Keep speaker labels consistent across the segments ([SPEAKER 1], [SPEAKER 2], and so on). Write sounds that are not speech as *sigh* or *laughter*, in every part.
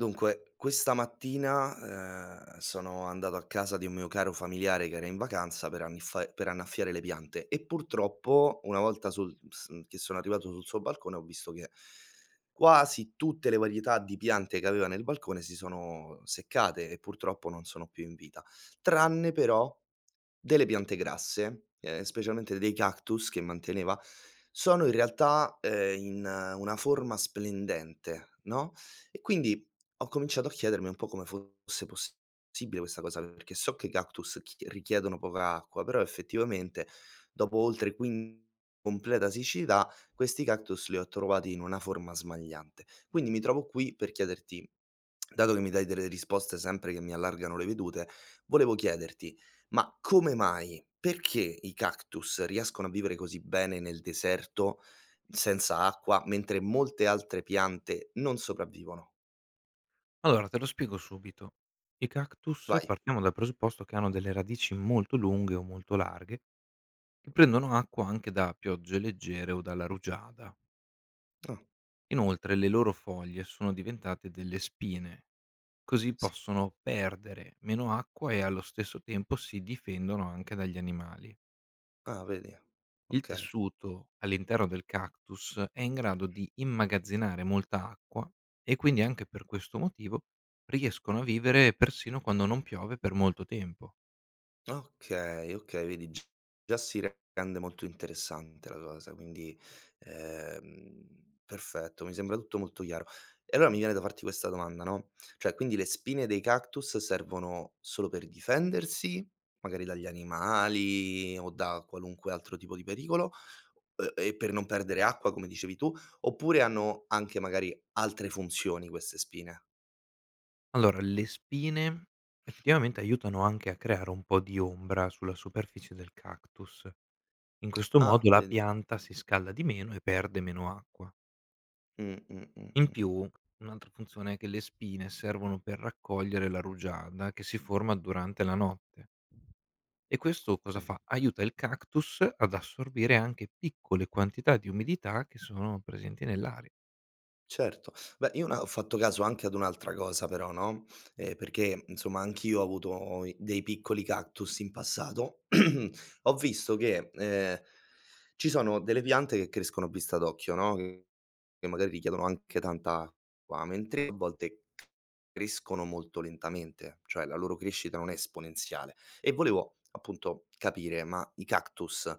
[SPEAKER 1] Dunque, questa mattina, sono andato a casa di un mio caro familiare che era in vacanza per anniffa per annaffiare le piante e purtroppo una volta sul s che sono arrivato sul suo balcone ho visto che quasi tutte le varietà di piante che aveva nel balcone si sono seccate e purtroppo non sono più in vita, tranne però delle piante grasse, specialmente dei cactus che manteneva, sono in realtà, in una forma splendente, no, e quindi ho cominciato a chiedermi un po' come fosse possibile questa cosa, perché so che i cactus richiedono poca acqua, però effettivamente dopo oltre 15 completa siccità, questi cactus li ho trovati in una forma smagliante. Quindi mi trovo qui per chiederti, dato che mi dai delle risposte sempre che mi allargano le vedute, volevo chiederti, ma come mai? Perché i cactus riescono a vivere così bene nel deserto senza acqua, mentre molte altre piante non sopravvivono?
[SPEAKER 2] Allora, te lo spiego subito. I cactus
[SPEAKER 1] Vai.
[SPEAKER 2] partiamo dal presupposto che hanno delle radici molto lunghe o molto larghe, che prendono acqua anche da piogge leggere o dalla rugiada.
[SPEAKER 1] Ah,
[SPEAKER 2] Inoltre le loro foglie sono diventate delle spine, così
[SPEAKER 1] sì.
[SPEAKER 2] possono perdere meno acqua e allo stesso tempo si difendono anche dagli animali.
[SPEAKER 1] Ah, vedi?
[SPEAKER 2] Il
[SPEAKER 1] Okay.
[SPEAKER 2] tessuto all'interno del cactus è in grado di immagazzinare molta acqua e quindi anche per questo motivo riescono a vivere persino quando non piove per molto tempo.
[SPEAKER 1] Okay, okay, vedi g già si rende molto interessante la cosa, quindi, perfetto, mi sembra tutto molto chiaro. E allora mi viene da farti questa domanda, no, cioè quindi le spine dei cactus servono solo per difendersi, magari dagli animali o da qualunque altro tipo di pericolo, e per non perdere acqua come dicevi tu, oppure hanno anche magari altre funzioni queste spine?
[SPEAKER 2] Allora, le spine effettivamente aiutano anche a creare un po' di ombra sulla superficie del cactus. In questo
[SPEAKER 1] Ah,
[SPEAKER 2] modo la
[SPEAKER 1] vedi?
[SPEAKER 2] pianta si scalda di meno e perde meno acqua.
[SPEAKER 1] Mh, mh, mh,
[SPEAKER 2] In
[SPEAKER 1] mh.
[SPEAKER 2] più, un'altra funzione è che le spine servono per raccogliere la rugiada che si forma durante la notte. E questo cosa
[SPEAKER 1] Okay,
[SPEAKER 2] fa? Aiuta il cactus ad assorbire anche piccole quantità di umidità che sono presenti nell'aria.
[SPEAKER 1] certo. Beh, io una ho fatto caso anche ad un'altra cosa però, no, perché insomma anch'io ho avuto i dei piccoli cactus in passato. *clears throat* Ho visto che, ci sono delle piante che crescono a vista d'occhio, no, che magari richiedono anche tanta acqua, mentre a volte crescono molto lentamente, cioè la loro crescita non è esponenziale. E volevo appunto capire, ma i cactus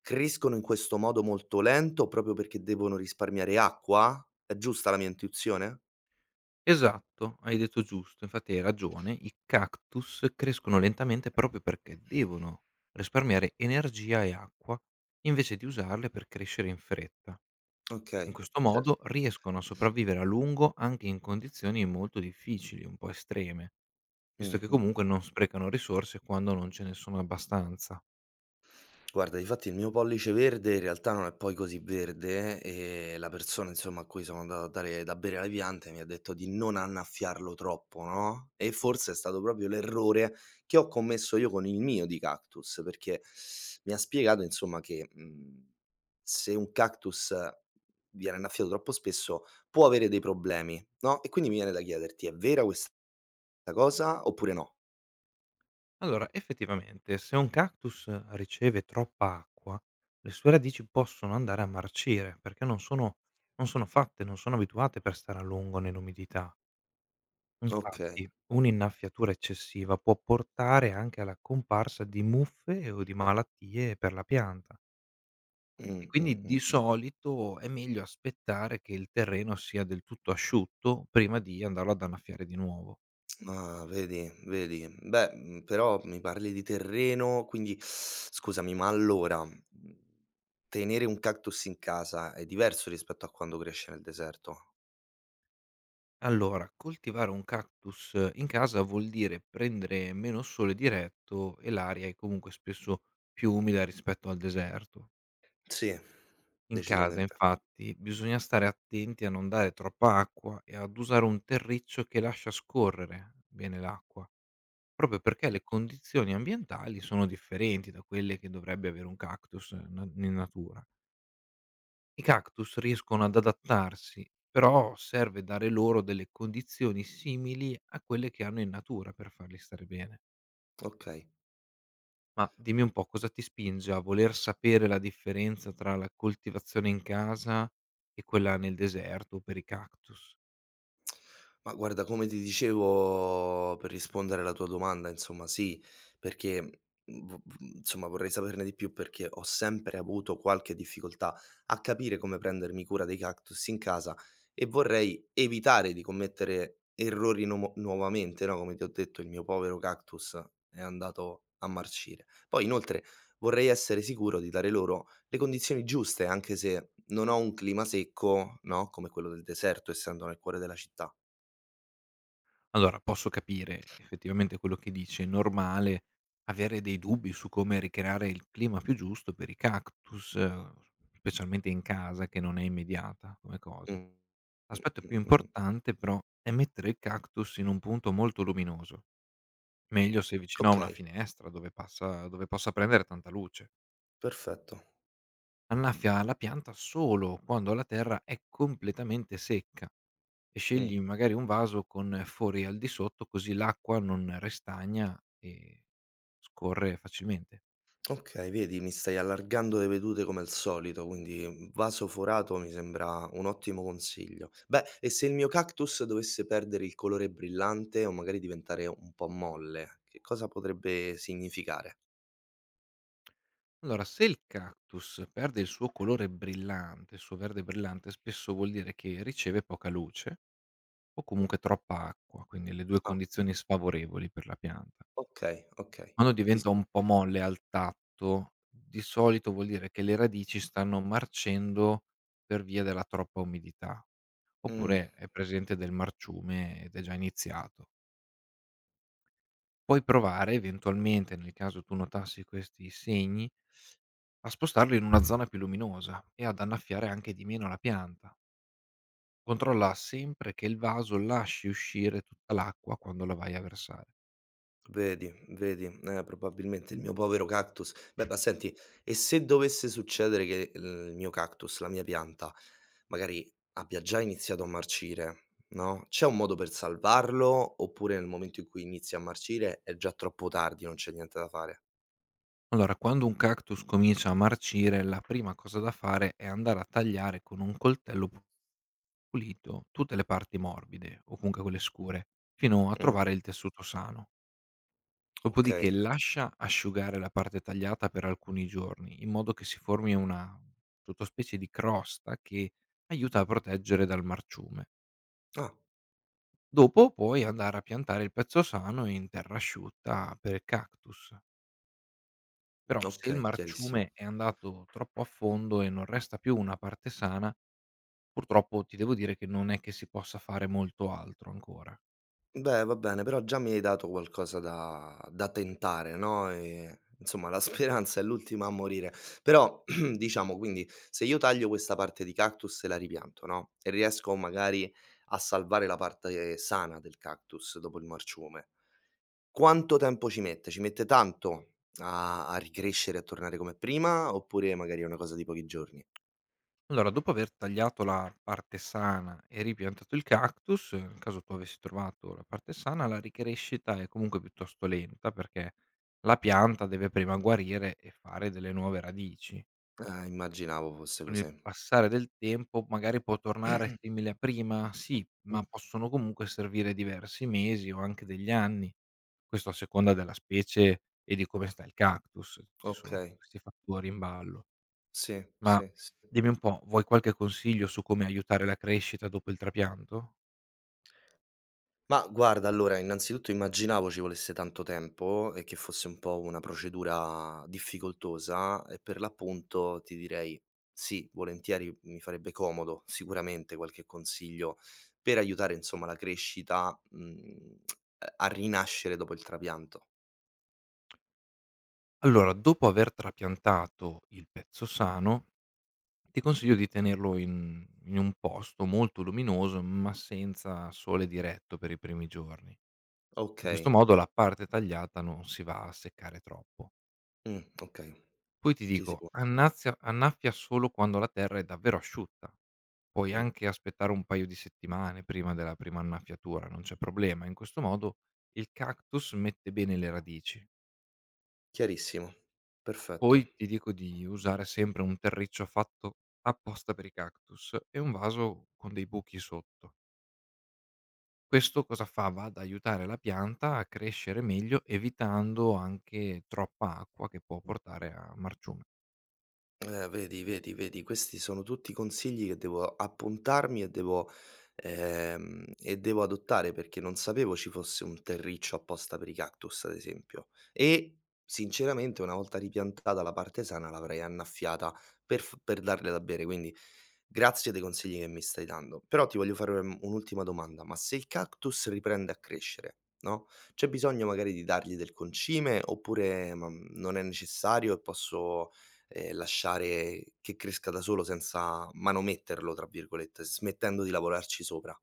[SPEAKER 1] crescono in questo modo molto lento proprio perché devono risparmiare acqua? È giusta la mia intuizione?
[SPEAKER 2] Esatto, hai detto giusto, infatti hai ragione, i cactus crescono lentamente proprio perché devono risparmiare energia e acqua invece di usarle per crescere in fretta. In
[SPEAKER 1] Okay,
[SPEAKER 2] questo
[SPEAKER 1] certo.
[SPEAKER 2] modo riescono a sopravvivere a lungo anche in condizioni molto difficili, un po' estreme, visto che
[SPEAKER 1] Mh-mh.
[SPEAKER 2] comunque non sprecano risorse quando non ce ne sono abbastanza.
[SPEAKER 1] Guarda, difatti il mio pollice verde in realtà non è poi così verde, e la persona insomma a cui sono andato a dare da bere alle piante mi ha detto di non annaffiarlo troppo, no, e forse è stato proprio l'errore che ho commesso io con il mio di cactus, perché mi ha spiegato insomma che, se un cactus viene annaffiato troppo spesso può avere dei problemi, no, e quindi mi viene da chiederti: è vera questa cosa oppure no?
[SPEAKER 2] Allora, effettivamente, se un cactus riceve troppa acqua, le sue radici possono andare a marcire perché non sono, non sono fatte, non sono abituate per stare a lungo nell'umidità. Infatti,
[SPEAKER 1] Okay.
[SPEAKER 2] un'innaffiatura eccessiva può portare anche alla comparsa di muffe o di malattie per la pianta.
[SPEAKER 1] Mh,
[SPEAKER 2] E
[SPEAKER 1] mh,
[SPEAKER 2] quindi di
[SPEAKER 1] mh, mh.
[SPEAKER 2] solito è meglio aspettare che il terreno sia del tutto asciutto prima di andarlo ad annaffiare di nuovo.
[SPEAKER 1] Ah, vedi, vedi. Beh, però mi parli di terreno, quindi scusami, ma allora, tenere un cactus in casa è diverso rispetto a quando cresce nel deserto?
[SPEAKER 2] Allora, coltivare un cactus in casa vuol dire prendere meno sole diretto e l'aria è comunque spesso più umida rispetto al deserto.
[SPEAKER 1] Sì,
[SPEAKER 2] In casa,
[SPEAKER 1] decisamente.
[SPEAKER 2] infatti, bisogna stare attenti a non dare troppa acqua e ad usare un terriccio che lascia scorrere bene l'acqua, proprio perché le condizioni ambientali sono differenti da quelle che dovrebbe avere un cactus in natura. I cactus riescono ad adattarsi, però serve dare loro delle condizioni simili a quelle che hanno in natura per farli stare bene.
[SPEAKER 1] Okay.
[SPEAKER 2] Ma dimmi un po' cosa ti spinge a voler sapere la differenza tra la coltivazione in casa e quella nel deserto per i cactus?
[SPEAKER 1] Ma guarda, come ti dicevo per rispondere alla tua domanda, insomma sì, perché mhmm, v v insomma vorrei saperne di più perché ho sempre avuto qualche difficoltà a capire come prendermi cura dei cactus in casa e vorrei evitare di commettere errori nuomo nuovamente, no, come ti ho detto il mio povero cactus è andato a marcire. Poi inoltre vorrei essere sicuro di dare loro le condizioni giuste, anche se non ho un clima secco, no, come quello del deserto, essendo nel cuore della città.
[SPEAKER 2] Allora, posso capire effettivamente quello che dici, è normale avere dei dubbi su come ricreare il clima più giusto per i cactus, specialmente in casa che non è immediata come cosa.
[SPEAKER 1] Mh,
[SPEAKER 2] L'aspetto più
[SPEAKER 1] mh, mh.
[SPEAKER 2] importante però è mettere il cactus in un punto molto luminoso, meglio se vicino a una
[SPEAKER 1] Okay,
[SPEAKER 2] finestra dove possa prendere tanta luce.
[SPEAKER 1] perfetto.
[SPEAKER 2] Annaffia la pianta solo quando la terra è completamente secca e
[SPEAKER 1] Mh.
[SPEAKER 2] scegli magari un vaso con fori al di sotto così l'acqua non restagna e scorre facilmente.
[SPEAKER 1] Okay, vedi, mi stai allargando le vedute come al solito, quindi, vaso forato mi sembra un ottimo consiglio. Beh, e se il mio cactus dovesse perdere il colore brillante o magari diventare un po' molle, che cosa potrebbe significare?
[SPEAKER 2] Allora, se il cactus perde il suo colore brillante, il suo verde brillante, spesso vuol dire che riceve poca luce o comunque troppa acqua, quindi le due
[SPEAKER 1] Ah,
[SPEAKER 2] condizioni sfavorevoli per la pianta.
[SPEAKER 1] okay, okay.
[SPEAKER 2] Quando
[SPEAKER 1] Ti
[SPEAKER 2] diventa un
[SPEAKER 1] seguo.
[SPEAKER 2] po' molle al tatto, di solito vuol dire che le radici stanno marcendo per via della troppa umidità,
[SPEAKER 1] Mh.
[SPEAKER 2] oppure è presente del marciume ed è già iniziato. Puoi provare eventualmente, nel caso tu notassi questi segni, a spostarlo in una zona più luminosa e ad annaffiare anche di meno la pianta. Controlla sempre che il vaso lasci uscire tutta l'acqua quando la vai a versare.
[SPEAKER 1] Vedi, vedi, probabilmente il mio povero cactus. Beh, ma senti, e se dovesse succedere che il mio cactus, la mia pianta, magari abbia già iniziato a marcire, no? C'è un modo per salvarlo? Oppure nel momento in cui inizia a marcire è già troppo tardi, non c'è niente da fare?
[SPEAKER 2] Allora, quando un cactus comincia a marcire, la prima cosa da fare è andare a tagliare con un coltello pulito tutte le parti morbide, o comunque quelle scure, fino a
[SPEAKER 1] Mm,
[SPEAKER 2] trovare il tessuto sano. Dopodiché
[SPEAKER 1] ok.
[SPEAKER 2] lascia asciugare la parte tagliata per alcuni giorni, in modo che si formi una sottospecie di crosta che aiuta a proteggere dal marciume.
[SPEAKER 1] Ah,
[SPEAKER 2] Dopo puoi andare a piantare il pezzo sano in terra asciutta per il cactus. Però se il
[SPEAKER 1] ok,
[SPEAKER 2] marciume
[SPEAKER 1] chiarissimo.
[SPEAKER 2] è andato troppo a fondo e non resta più una parte sana, purtroppo ti devo dire che non è che si possa fare molto altro ancora.
[SPEAKER 1] Beh, va bene, però già mi hai dato qualcosa da tentare, no, insomma la *laughs* speranza è l'ultima a morire. Però *clears throat* diciamo quindi se io taglio questa parte di cactus e la ripianto, no, e riesco magari a salvare la parte sana del cactus dopo il marciume, quanto tempo ci mette? Ci mette tanto a ricrescere, a tornare come prima, oppure magari è una cosa di pochi giorni?
[SPEAKER 2] Allora, dopo aver tagliato la parte sana e ripiantato il cactus, nel caso tu avessi trovato la parte sana, la ricrescita è comunque piuttosto lenta perché la pianta deve prima guarire e fare delle nuove radici.
[SPEAKER 1] Immaginavo fosse
[SPEAKER 2] Con il
[SPEAKER 1] così.
[SPEAKER 2] passare del tempo magari può tornare simile a prima? Sì, ma
[SPEAKER 1] Mh,
[SPEAKER 2] possono comunque servire diversi mesi o anche degli anni. Questo a seconda della specie e di come sta il cactus, ci sono
[SPEAKER 1] okay.
[SPEAKER 2] questi fattori in ballo.
[SPEAKER 1] Sì,
[SPEAKER 2] Ma
[SPEAKER 1] sì, sì.
[SPEAKER 2] dimmi un po', vuoi qualche consiglio su come aiutare la crescita dopo il trapianto?
[SPEAKER 1] Ma guarda, allora, innanzitutto immaginavo ci volesse tanto tempo e che fosse un po' una procedura difficoltosa e per l'appunto ti direi sì, volentieri mi farebbe comodo sicuramente qualche consiglio per aiutare insomma la crescita, a rinascere dopo il trapianto.
[SPEAKER 2] Allora, dopo aver trapiantato il pezzo sano, ti consiglio di tenerlo in un posto molto luminoso, ma senza sole diretto per i primi giorni. In questo
[SPEAKER 1] Okay,
[SPEAKER 2] modo la parte tagliata non si va a seccare troppo.
[SPEAKER 1] okay,
[SPEAKER 2] Poi ti
[SPEAKER 1] ti
[SPEAKER 2] dico,
[SPEAKER 1] seguo.
[SPEAKER 2] annazia annaffia solo quando la terra è davvero asciutta. Puoi
[SPEAKER 1] Mh,
[SPEAKER 2] anche aspettare un paio di settimane prima della prima annaffiatura, non c'è problema. In questo modo il cactus mette bene le radici.
[SPEAKER 1] chiarissimo, perfetto.
[SPEAKER 2] Poi ti dico di usare sempre un terriccio fatto apposta per i cactus e un vaso con dei buchi sotto. Questo cosa fa? Va ad aiutare la pianta a crescere meglio, evitando anche troppa acqua che può portare a marciume.
[SPEAKER 1] Vedi, vedi, vedi, questi sono tutti consigli che devo appuntarmi e devo, devo adottare perché non sapevo ci fosse un terriccio apposta per i cactus, ad esempio. E sinceramente, una volta ripiantata la parte sana, l'avrei annaffiata per, per darle da bere. Quindi grazie dei consigli che mi stai dando. Però ti voglio fare un'ultima domanda: ma se il cactus riprende a crescere, no? C'è bisogno magari di dargli del concime oppure ma, non è necessario e posso lasciare che cresca da solo senza "manometterlo" tra virgolette, smettendo di lavorarci sopra.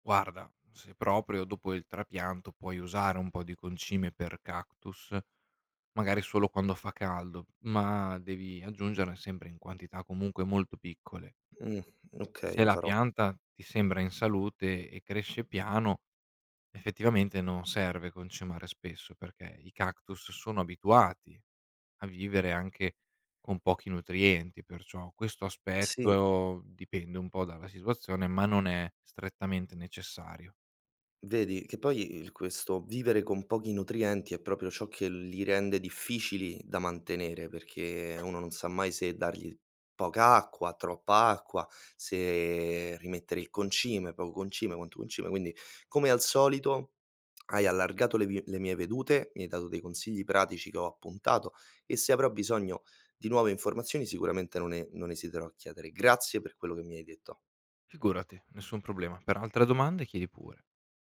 [SPEAKER 2] Guarda, se proprio dopo il trapianto puoi usare un po' di concime per cactus, magari solo quando fa caldo, ma devi aggiungerne sempre in quantità comunque molto piccole.
[SPEAKER 1] Mh, okay,
[SPEAKER 2] Se
[SPEAKER 1] lo
[SPEAKER 2] la
[SPEAKER 1] farò.
[SPEAKER 2] pianta ti sembra in salute e cresce piano, effettivamente non serve concimare spesso perché i cactus sono abituati a vivere anche con pochi nutrienti, perciò questo
[SPEAKER 1] Sì,
[SPEAKER 2] aspetto dipende un po' dalla situazione, ma non è strettamente necessario.
[SPEAKER 1] vedi che poi il questo vivere con pochi nutrienti è proprio ciò che li rende difficili da mantenere, perché uno non sa mai se dargli poca acqua, troppa acqua, se rimettere il concime, poco concime, quanto concime, quindi come al solito hai allargato le mie vedute, mi hai dato dei consigli pratici che ho appuntato e se avrò bisogno di nuove informazioni sicuramente non esiterò a chiedere. Grazie per quello che mi hai detto.
[SPEAKER 2] Figurati, nessun problema. Per altre domande chiedi pure.